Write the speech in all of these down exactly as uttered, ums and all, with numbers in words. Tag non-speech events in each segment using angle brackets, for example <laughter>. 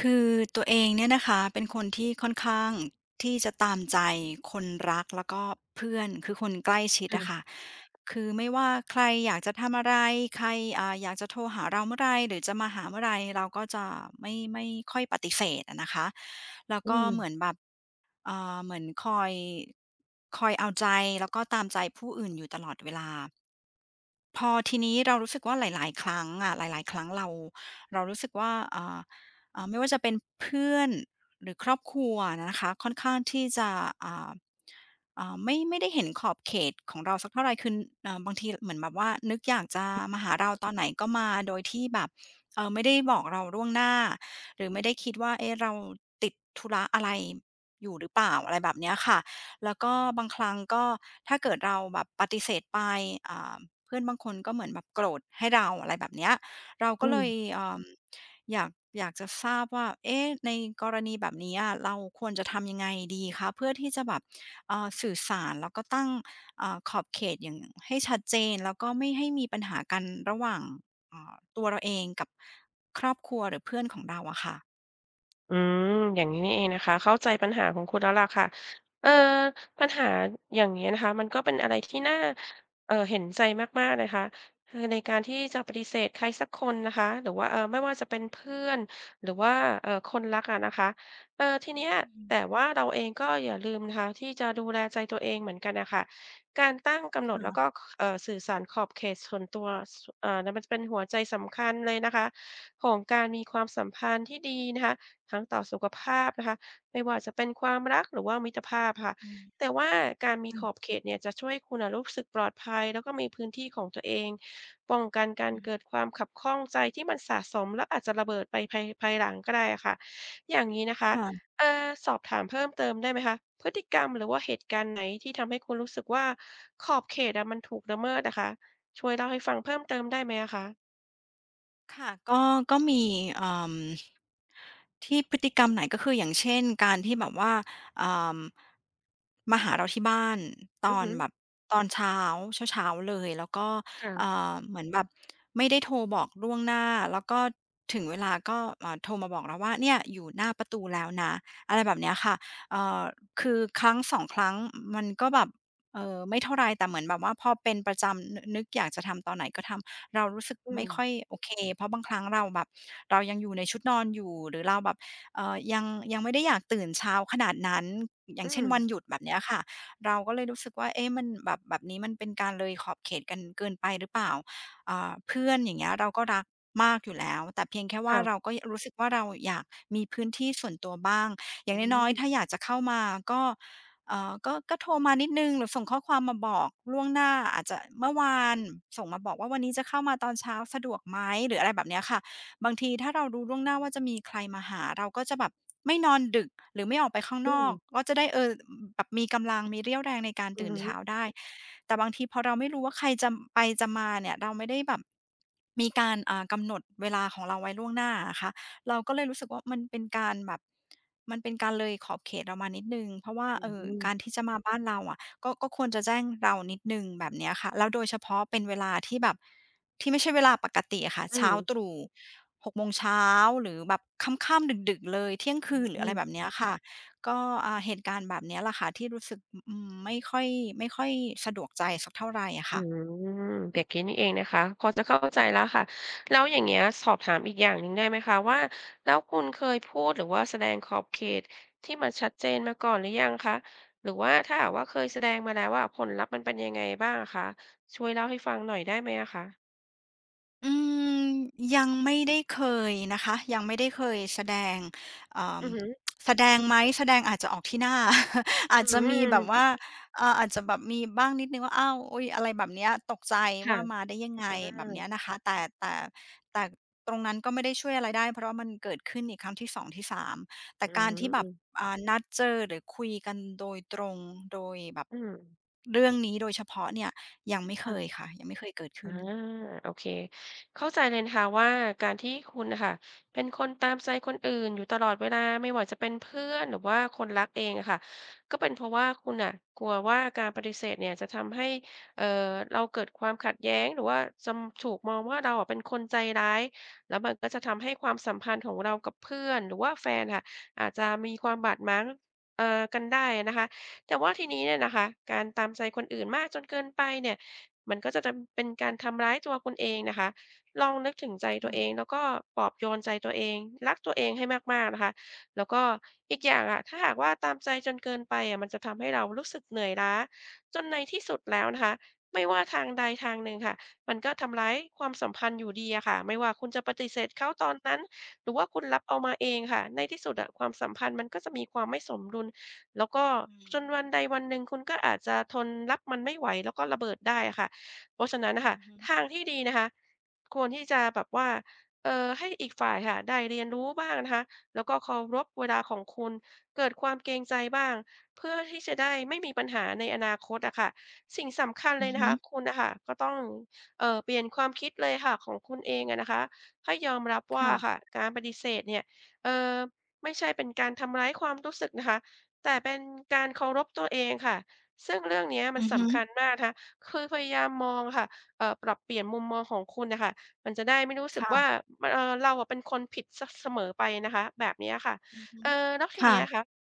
คือตัวเองเนี่ยนะคะเป็นคนที่ค่อนข้างที่จะตามใจคนรักแล้วก็เพื่อนคือคนใกล้ชิดอะค่ะค่ะคือไม่ว่าใครอยากจะทำอะไรใครอ่าอยากจะโทรหาเราเมื่อไรหรือจะมาหาเมื่อไรเราก็จะไม่ไม่ค่อยปฏิเสธอะนะคะแล้วอืก็เหมือมนแบบอ่าเหมือนคอยคอยเอาใจแล้วก็ตามใจผู้อื่นอยู่ตลอดเวลา พอทีนี้เรารู้สึกว่าหลายๆ ครั้งอะหลายๆ ครั้งเราเรารู้สึกว่าอ่าอ่าไม่ว่าจะเป็นเพื่อนหรือครอบครัวนะคะค่อนข้างที่จะอ่าอ่าไม่ไม่ได้เห็นขอบเขตของเราสักเท่าไรคือเอ่อบางทีเหมือนแบบว่านึกอยากจะมาหาเราตอนไหนก็มาโดยที่แบบเอ่อไม่ได้บอกเราล่วงหน้าหรือไม่ได้คิดว่าเอ๊ะเราติดธุระอะไรอยู่หรือเปล่าอะไรแบบเนี้ยค่ะแล้วก็บางครั้งก็ถ้าเกิดเราแบบปฏิเสธไปอ่า เพื่อนบางคนก็เหมือนแบบโกรธให้เราอะไรแบบเนี้ยเราก็อืเลม ยเอ่ออยากอยากจะทราบว่าเอ๊ะในกรณีแบบนี้อะเราควรจะทำยังไงดีคะเพื่อที่จะแบบเอ่อสื่อสารแล้วก็ตั้งอ่าขอบเขตอย่างให้ชัดเจนแล้วก็ไม่ให้มีปัญหากันระหว่างอ่าตัวเราเองกับครอบครัวหรือเพื่อนของเราอะค่ะอืมอย่างนี้นี่เองนะคะเข้าใจปัญหาของคุณแล้วล่ะค่ะเออปัญหาอย่างนี้นะคะมันก็เป็นอะไรที่น่าเออเห็นใจมากๆนะคะคือในการที่จะปฏิเสธใครสักคนนะคะหรือว่าเออไม่ว่าจะเป็นเพื่อนหรือว่าเออคนรักอะนะคะเออทีเนี้ยอืมแต่ว่าเราเองก็อย่าลืมนะคะที่จะดูแลใจตัวเองเหมือนกันนะคะการตั้งกำหนดแล้วก็ค่ะเออสื่อสารขอบเขตส่วนตัวเออนั้นมันจะเป็นหัวใจสำคัญเลยนะคะของการมีความสัมพันธ์ที่ดีนะคะ ทั้งต่อสุขภาพนะคะไม่ว่าจะเป็นความรักหรือว่ามิตรภาพค่ะอืมแต่ว่าการมีอืขอบมเขตเนี่ยจะช่วยคุณน่ะรู้สึกปลอดภัยแล้วก็มีพื้นที่ของตัวเองป้องกันการๆเกิดความขับข้องใจที่มันสะสมแล้วอาจจะระเบิดไปภายภายหลังก็ได้อะค่ะอย่างงี้นะคะค่ะเอ่อสอบถามเพิ่มเติมได้ไหมคะพฤติกรรมหรือว่าเหตุการณ์ไหนที่ทำให้คุณรู้สึกว่าขอบเขตอะมันถูกละเมิดอะคะช่วยเล่าให้ฟังเพิ่มเติมได้ไหมอะคะค่ะก็ก็มีเอ่อ ที่พฤติกรรมไหนก็คืออย่างเช่นการที่แบบว่าอ่ามาหาเราที่บ้านตอืออนฮึแบบตอนเช้าเช้าๆเลยแล้วก็อ่ค่ะาเหมือนแบบไม่ได้โทรบอกล่วงหน้าแล้วก็ถึงเวลาก็อ่าโทรมาบอกเราว่าเนี่ยอยู่หน้าประตูแล้วนะอะไรแบบเนี้ยค่ะเอ่อคือครั้งสองครั้งมันก็แบบเอ่อไม่เท่าไรแต่เหมือนแบบว่าพอเป็นประจำนึนึกอยากจะทำตอนไหนก็ทำ เรารู้สึกอืไม่มค่อยโอเคเพราะบางครั้งเราแบบเรายังอยู่ในชุดนอนอยู่หรือเราแบบเอ่อยังยังไม่ได้อยากตื่นเช้าขนาดนั้นอย่าอืงเช่มนวันหยุดแบบเนี้ยค่ะเราก็เลยรู้สึกว่าเอ๊ะมันแบบแบบนี้มันเป็นการเลยขอบเขตกันเกินไปหรือเปล่าอ่าเพื่อนอย่างเงี้ยเราก็รักมากอยู่แล้วแต่เพียงแค่ว่าเราค่ะก็ยรู้สึกว่าเราอยากมีพื้นที่ส่วนตัวบ้างอย่าอืงน้อยมๆถ้าอยากจะเข้ามาก็ เอ่อก็ก็โทรมานิดหนึ่งหรือส่งข้อความมาบอกล่วงหน้าอาจจะเมื่อวานส่งมาบอกว่าวันนี้จะเข้ามาตอนเช้าสะดวกไหมหรืออะไรแบบเนี้ยค่ะบางทีถ้าเรารู้ล่วงหน้าว่าจะมีใครมาหาเราก็จะแบบไม่นอนดึกหรือไม่ออกไปข้างอืนอม กก็จะได้เออแบบมีกำลังมีเรี่ยวแรงในการอือตื่นฮึเช้าได้แต่บางทีพอเราไม่รู้ว่าใครจะไปจะมาเนี่ยเราไม่ได้แบบมีการอ่ากำหนดเวลาของเราไว้ล่วงหน้าอะค่ะ เราก็เลยรู้สึกว่ามันเป็นการแบบมันเป็นการเลยขอบเขตเรามานิดหนึ่งเพราะว่าอืเอ่อการม ที่จะมาบ้านเราอะก็ก็ควรจะแจ้งเรานิดหนึ่งแบบเนี้ยค่ะแล้วโดยเฉพาะเป็นเวลาที่แบบที่ไม่ใช่เวลาปกติอะค่ะอืเช้าม ตรู่หกโมงเช้าหรือแบบค่ำๆดึกๆเลยเที่ยงคืนหรือืออะไรแบบม เนี้ยค่ะก็อ่าเหตุการณ์แบบเนี้ยแหละค่ะที่รู้สึกอืมไม่ค่อยไม่ค่อยสะดวกใจสักเท่าไรอะอืค่ะ มแบบนี้นี่เองนะคะพอจะเข้าใจแล้วค่ะ แล้วอย่างเงี้ยสอบถามอีกอย่างหนึ่งได้ไหมคะว่าแล้วคุณเคยพูดหรือว่าแสดงขอบเขตที่มันชัดเจนมาก่อนหรือยังคะหรือว่าถ้าหากว่าเคยแสดงมาแล้วอะผลลัพธ์มันเป็นยังไงบ้างอะคะช่วยเล่าให้ฟังหน่อยได้ไหมอะคะอืมยังไม่ได้เคยนะคะยังไม่ได้เคยแสดงเอ่อืออฮึแสดงไหมแสดงอาจจะออกที่หน้า <laughs> อาอืจจะมีมแบบว่าเอ่ออาจจะแบบมีบ้างนิดหนึ่งว่าอ้าวอุ๊ยอะไรแบบเนี้ยตกใจค่ะว่ามาได้ยังไงอาแบบเนี้ยนะคะแต่แต่แต่ตรงนั้นก็ไม่ได้ช่วยอะไรได้เพราะว่ามันเกิดขึ้นอีกครั้งที่สองที่สามแต่อืการที่แบบม อ่านัดเจอหรือคุยกันโดยตรงโดยแบบอืมเรื่องนี้โดยเฉพาะเนี่ยยังไม่เคยค่ะ ค่ะยังไม่เคยเกิดอาขึ้นโอเคเข้าใจเลยนะคะว่าการที่คุณนะค่ะเป็นคนตามใจคนอื่นอยู่ตลอดเวลาไม่ว่าจะเป็นเพื่อนหรือว่าคนรักเองอะค่ะก็เป็นเพราะว่าคุณอ่ะกลัวว่าการปฏิเสธเนี่ยจะทำให้เอ่อเราเกิดความขัดแย้งหรือว่าจำถูกมองว่าเราอะเป็นคนใจร้ายแล้วมันก็จะทำให้ความสัมพันธ์ของเรากับเพื่อนหรือว่าแฟนค่ะอาจจะมีความบาดหมางเอ่อกันได้นะคะแต่ว่าทีนี้เนี่ยนะคะการตามใจคนอื่นมากจนเกินไปเนี่ย มันก็จะทำเป็นการทำร้ายตัวคุณเองนะคะลองนึกถึงใจตัวเองแล้วก็ปลอบโยนใจตัวเองรักตัวเองให้มากๆนะคะแล้วก็อีกอย่างอะถ้าหากว่าตามใจจนเกินไปอะมันจะทำให้เรารู้สึกเหนื่อยล้าจนในที่สุดแล้วนะคะไม่ว่าทางใดทางหนึ่งค่ะมันก็ทำร้ายความสัมพันธ์อยู่ดีอะค่ะไม่ว่าคุณจะปฏิเสธเขาตอนนั้นหรือว่าคุณรับเอามาเองค่ะ ในที่สุดอะความสัมพันธ์มันก็จะมีความไม่สมดุล แล้วก็อืม จนวันใดวันหนึ่งคุณก็อาจจะทนรับมันไม่ไหวแล้วก็ระเบิดได้อะค่ะ เพราะฉะนั้นน่ะอืค่ะอฮึทางที่ดีนะคะควรที่จะแบบว่าเอ่อให้อีกฝ่ายค่ะได้เรียนรู้บ้างนะคะแล้วก็เคารพเวลาของคุณเกิดความเกรงใจบ้างเพื่อที่จะได้ไม่มีปัญหาในอนาคตอะค่ะสิ่งสำคัญอืเลยอนะฮึคะคุณน่ะค่ะก็ต้องเอ่อเปลี่ยนความคิดเลยค่ะของคุณเองอะนะคะให้ยอมรับว่าค่ะค่ะการปฏิเสธเนี่ยเอ่อไม่ใช่เป็นการทำร้ายความรู้สึกนะคะแต่เป็นการเคารพตัวเองค่ะซึ่งเรื่องเนี้ยมัอืนอฮึสำคัญมากนะคะ คือพยายามมองค่ะเอ่อปรับเปลี่ยนมุมมองของคุณน่ะค่ะมันจะได้ไม่รู้สึกว่าค่ะมเอ่อเราอะเป็นคนผิดเสียเสมอไปนะคะ แบบเนี้ยค่ะอือฮึเอ่อแล้วทีค่ะเนี้ยค่ะ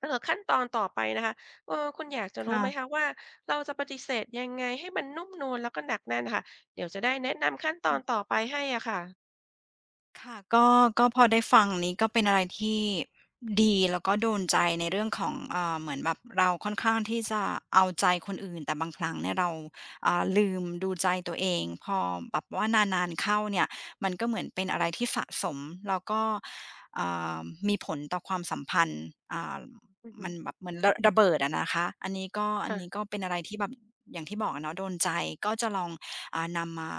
เอ่อขั้นตอนต่อไปนะคะเอ่อคุณอยากจะรู้ไหมคะค่ะ ว่าเราจะปฏิเสธยังไงให้มันนุ่มนวลแล้วก็หนักแน่นค่ะเดี๋ยวจะได้แนะนำขั้นตอนต่อไปให้อะค่ะค่ะก็ก็พอได้ฟังนี้ก็เป็นอะไรที่ดีแล้วก็โดนใจในเรื่องของเอ่อเหมือนแบบเราค่อนข้างที่จะเอาใจคนอื่นแต่บางครั้งเนี่ยเราอ่าลืมดูใจตัวเองพอแบบว่านานๆเข้าเนี่ยมันก็เหมือนเป็นอะไรที่สะสมแล้วก็อ่ามีผลต่อความสัมพันธ์อ่าอือฮึมันแบบเหมือนระระเบิดอะนะคะอันนี้ก็อันนี้ก็ค่ะเป็นอะไรที่แบบอย่างที่บอกอะเนาะโดนใจก็จะลองอ่านำมา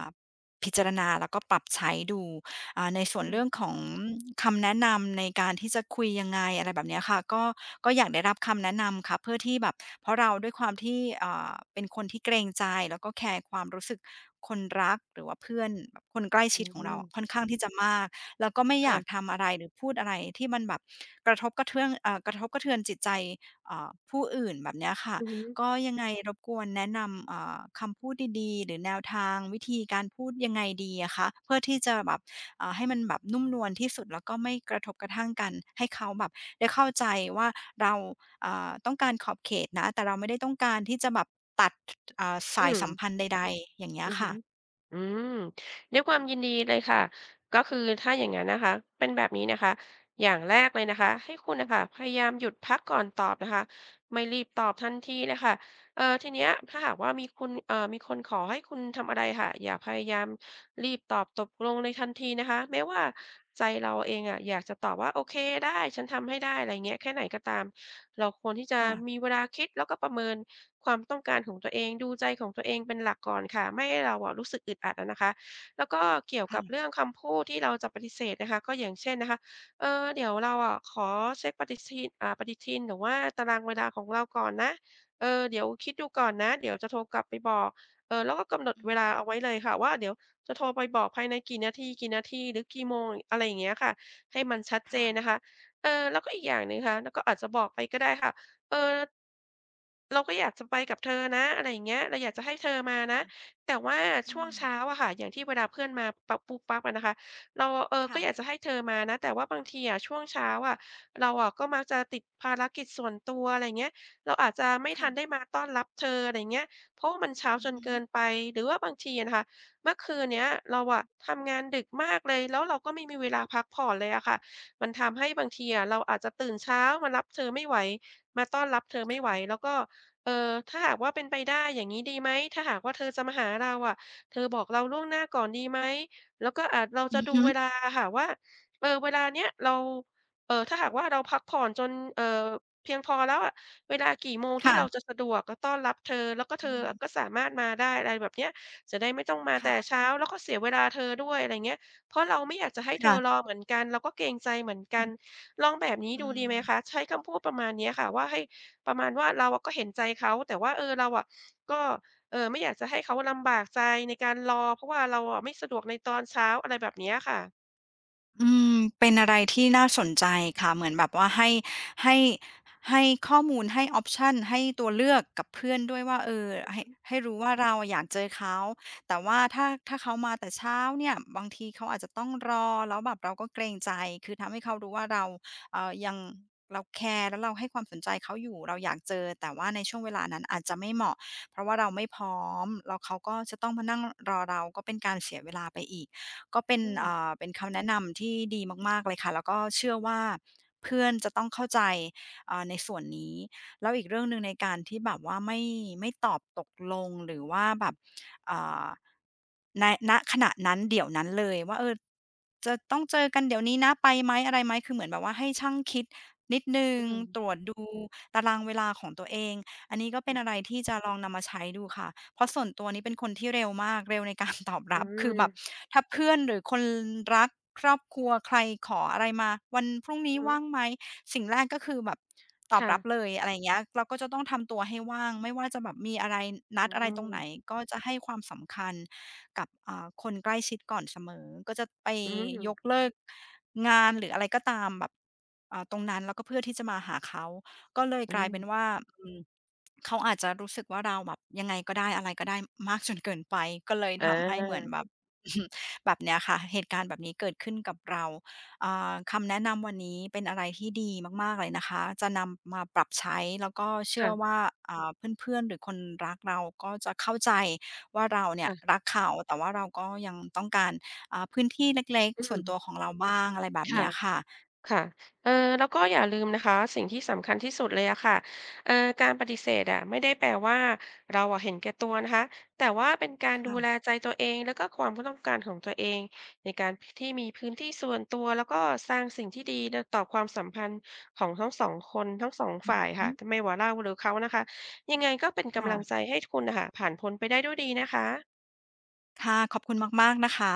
พิจารณาแล้วก็ปรับใช้ดู อ่าในส่อืวนมเรื่องของคำแนะนำในการที่จะคุยยังไงอะไรแบบเนี้ยค่ะก็ก็อยากได้รับคำแนะนำค่ะเพื่อที่แบบเพราะเราด้วยความที่อ่าเป็นคนที่เกรงใจแล้วก็แคร์ความรู้สึกคนรักหรือว่าเพื่อนแบบคนใกล้อืชิดของเรามค่อนข้างที่จะมากแล้วก็ไม่อยากค่ะทำอะไรหรือพูดอะไรที่มันแบบกระทบกระเทือนเอ่อกระทบกระเทือนจิตใจเอ่อผู้อื่นแบบเนี้ยค่ะอือฮึก็ยังไงรบกวนแนะนำเอ่อคำพูดดีๆหรือแนวทางวิธีการพูดยังไงดีอะคะเพื่อที่จะแบบ อ่าให้มันแบบนุ่มนวลที่สุดแล้วก็ไม่กระทบกระทั่งกันให้เขาแบบได้เข้าใจว่าเราอ่าต้องการขอบเขตนะแต่เราไม่ได้ต้องการที่จะแบบตัดอ่าอืสายม สัมพันธ์ใดๆอย่างเงี้อืยอฮึค่ะอืมด้วยความยินดีเลยค่ะก็คือถ้าอย่างนั้นนะคะเป็นแบบนี้นะคะอย่างแรกเลยนะคะให้คุณนะคะพยายามหยุดพักก่อนตอบนะคะไม่รีบตอบทันทีนะค่ะเอ่อทีเนี้ยถ้าหากว่ามีคุณเอ่อมีคนขอให้คุณทำอะไรค่ะอย่าพยายามรีบตอบตกลงในทันทีนะคะแม้ว่าใจเราเองอะอยากจะตอบว่าโอเคได้ฉันทำให้ได้อะไรเงี้ยแค่ไหนก็ตามเราควรที่จะมีค่ะเวลาคิดแล้วก็ประเมิน ความต้องการของตัวเองดูใจของตัวเองเป็นหลักก่อนค่ะไม่ให้เราอะรู้สึกอึดอัดอะนะคะแล้วก็เกี่ยวกัค่ะบเรื่องคำพูดที่เราจะปฏิเสธนะคะก็อย่างเช่นนะคะเออเดี๋ยวเราอะขอเช็กปฏิทินอ่าปฏิทินหรือว่าตารางเวลาของเราก่อนนะเออเดี๋ยวคิดดูก่อนนะเดี๋ยวจะโทรกลับไปบอกเออแล้วก็กำหนดอืเวลามเอาไว้เลยค่ะว่าเดี๋ยวจะโทรไปบอกภายในกี่นาทีกี่นาทีหรือกี่โมงอะไรอย่างเงี้ยค่ะให้มันชัดเจค่ะนนะคะเออแล้วก็อีกอย่างหนึ่งค่ะแล้วก็อาจจะบอกไปก็ได้ค่ะ เออเราก็อยากจะไปกับเธอนะอะไรอย่างเงี้ยเราอยากจะให้เธอมานะค่ะแต่ว่าอืช่วงมเช้าอะค่ะอย่างที่เวลาเพื่อนมาปั๊บปุ๊บปั๊บอะนะคะเราเออก็ค่ะอยากจะให้เธอมานะแต่ว่าบางทีอะช่วงเช้าอะเราอะก็มักจะติดภารกิจส่วนตัวอะไรเงี้ยเราอาจจะไม่ทันได้ค่ะมาต้อนรับเธออะไรเงี้ยเพราะว่ามันเช้าอืจอนฮึเกินไปหรือว่าบางทีอะนะคะเมื่อคืนเนี้ยเราอะทำงานดึกมากเลยแล้วเราก็ไม่มีเวลาพักผ่อนเลยอะค่ะมันทำให้บางทีอะเราอาจจะตื่นเช้ามารับเธอไม่ไหว มาต้อนรับเธอไม่ไหวค่ะแล้วก็เอ่อถ้าหากว่าเป็นไปได้อย่างงี้ดีไหมถ้าหากว่าเธอจะมาหาเราอะเธอบอกเราล่วงหน้าก่อนดีไหมแล้วก็อ่าเราอืจะอดูฮึเวลาอะค่ะว่าเออเวลาเนี้ยเราเอ่อถ้าหากว่าเราพักผ่อนจนเอ่อเพียงพอแล้วอะเวลากี่โมงที่เราค่ะจะสะดวกแล้วต้อนรับเธอ แล้วก็เธอืออะก็มสามารถมาได้อะไรแบบเนี้ยจะได้ไม่ต้องมาแต่ค่ะเช้าแล้วก็เสียเวลาเธอด้วยอะไรเงี้ยเพราะเราไม่อยากจะให้เธอรอค่ะเหมือนกันเราก็เกรงใจเหมือนกัน อืลองแบบนี้อืดูดีไหมคะม ใช้คำพูดประมาณเนี้ยค่ะว่าให้ประมาณว่าเราอะก็เห็นใจเขาแต่ว่าเออเราอะก็เอ่อไม่อยากจะให้เขาลำบากใจในการรอเพราะว่าเราอะไม่สะดวกในตอนเช้าอะไรแบบเนี้ยค่ะอืมเป็นอะไรที่น่าสนใจค่ะเหมือนแบบว่าให้ให้ให้ข้อมูลให้ออปชันให้ตัวเลือกกับเพื่อนด้วยว่าเออให้ให้รู้ว่าเราอะอยากเจอเขาแต่ว่าถ้าถ้าเขามาแต่เช้าเนี่ยบางทีเขาอาจจะต้องรอแล้วแบบเราก็เกรงใจคือทำให้เขารู้ว่าเราเอ่อยังเราแคร์แล้วเราให้ความสนใจเขาอยู่เราอยากเจอแต่ว่าในช่วงเวลานั้นอาจจะไม่เหมาะเพราะว่าเราไม่พร้อมแล้วเขาก็จะต้องมานั่งรอเราก็เป็นการเสียเวลาไปอีก ก็เป็นอืมอ่าเป็นคำแนะนำที่ดีมากๆเลยค่ะแล้วก็เชื่อว่าเพื่อนจะต้องเข้าใจอ่าในส่วนนี้ แล้วอีกเรื่องหนึ่งในการที่แบบว่าไม่ไม่ตอบตกลงหรือว่าแบบอ่าในณขณะนั้นเดี๋ยวนั้นเลยว่าเออจะต้องเจอกันเดี๋ยวนี้นะไปไหมอะไรไหม คือเหมือนแบบว่าให้ชั่งคิดนิดหนึ่งอืตรมวจดูตารางเวลาของตัวเอง อันนี้ก็เป็นอะไรที่จะลองนำมาใช้ดูค่ะเพราะส่วนตัวนี้เป็นคนที่เร็วมาก เร็วในการตอบอืรับ <laughs> คือแบบมถ้าเพื่อนหรือคนรักครอบครัวใครขออะไรมาวันพรุ่งอือนี้ฮึว่างไหมสิ่งแรกก็คือแบบตอบค่ะรับเลยอะไรอย่างเงี้ยเราก็จะต้องทำตัวให้ว่างไม่ว่าจะแบบมีอะไรอืนัดอะไรตรงไหนมก็จะให้ความสำคัญกับอ่าคนใกล้ชิดก่อนเสมอก็จะไปอืมยกเลิกงานหรืออะไรก็ตามแบบอ่าตรงนั้นแล้วก็เพื่อที่จะมาหาเขา ก็เลยอืกลายเป็นมว่าอืมเขาอาจจะรู้สึกว่าเราแบบยังไงก็ได้อะไรก็ได้มากจนเกินไปก็เลยอทำให้เหมือนาแบบ <laughs> แบบเนี้ยค่ะเหตุการณ์แบบนี้เกิดขึ้นกับเราอ่าคำแนะนำวันนี้เป็นอะไรที่ดีมากๆเลยนะคะจะนำมาปรับใช้แล้วก็เชื่อค่ว่าอ่าเพื่อนๆหรือคนรักเราก็จะเข้าใจว่าเราเนี่ะยรักเขาแต่ว่าเราก็ยังต้องการอ่าพื้นที่เล็กๆอืๆส่มวนตัวของเราบ้างอะไรแบบเนี้ค่ะ ยค่ะค่ะเอ่อแล้วก็อย่าลืมนะคะสิ่งที่สำคัญที่สุดเลยอะค่ะเอ่อการปฏิเสธอะไม่ได้แปลว่าเราอะเห็นแก่ตัวนะคะแต่ว่าเป็นการดูแลค่ะใจตัวเองแล้วก็ความต้องการของตัวเองในการที่มีพื้นที่ส่วนตัวแล้วก็สร้างสิ่งที่ดีต่อความสัมพันธ์ของทั้งสองคนทั้งสองฝ่ายค่ะอืมไม่ว่าเราหรือเขานะคะยังไงก็เป็นกำลังใจค่ะให้คุณนะคะผ่านพ้นไปได้ด้วยดีนะคะค่ะขอบคุณมากๆนะคะ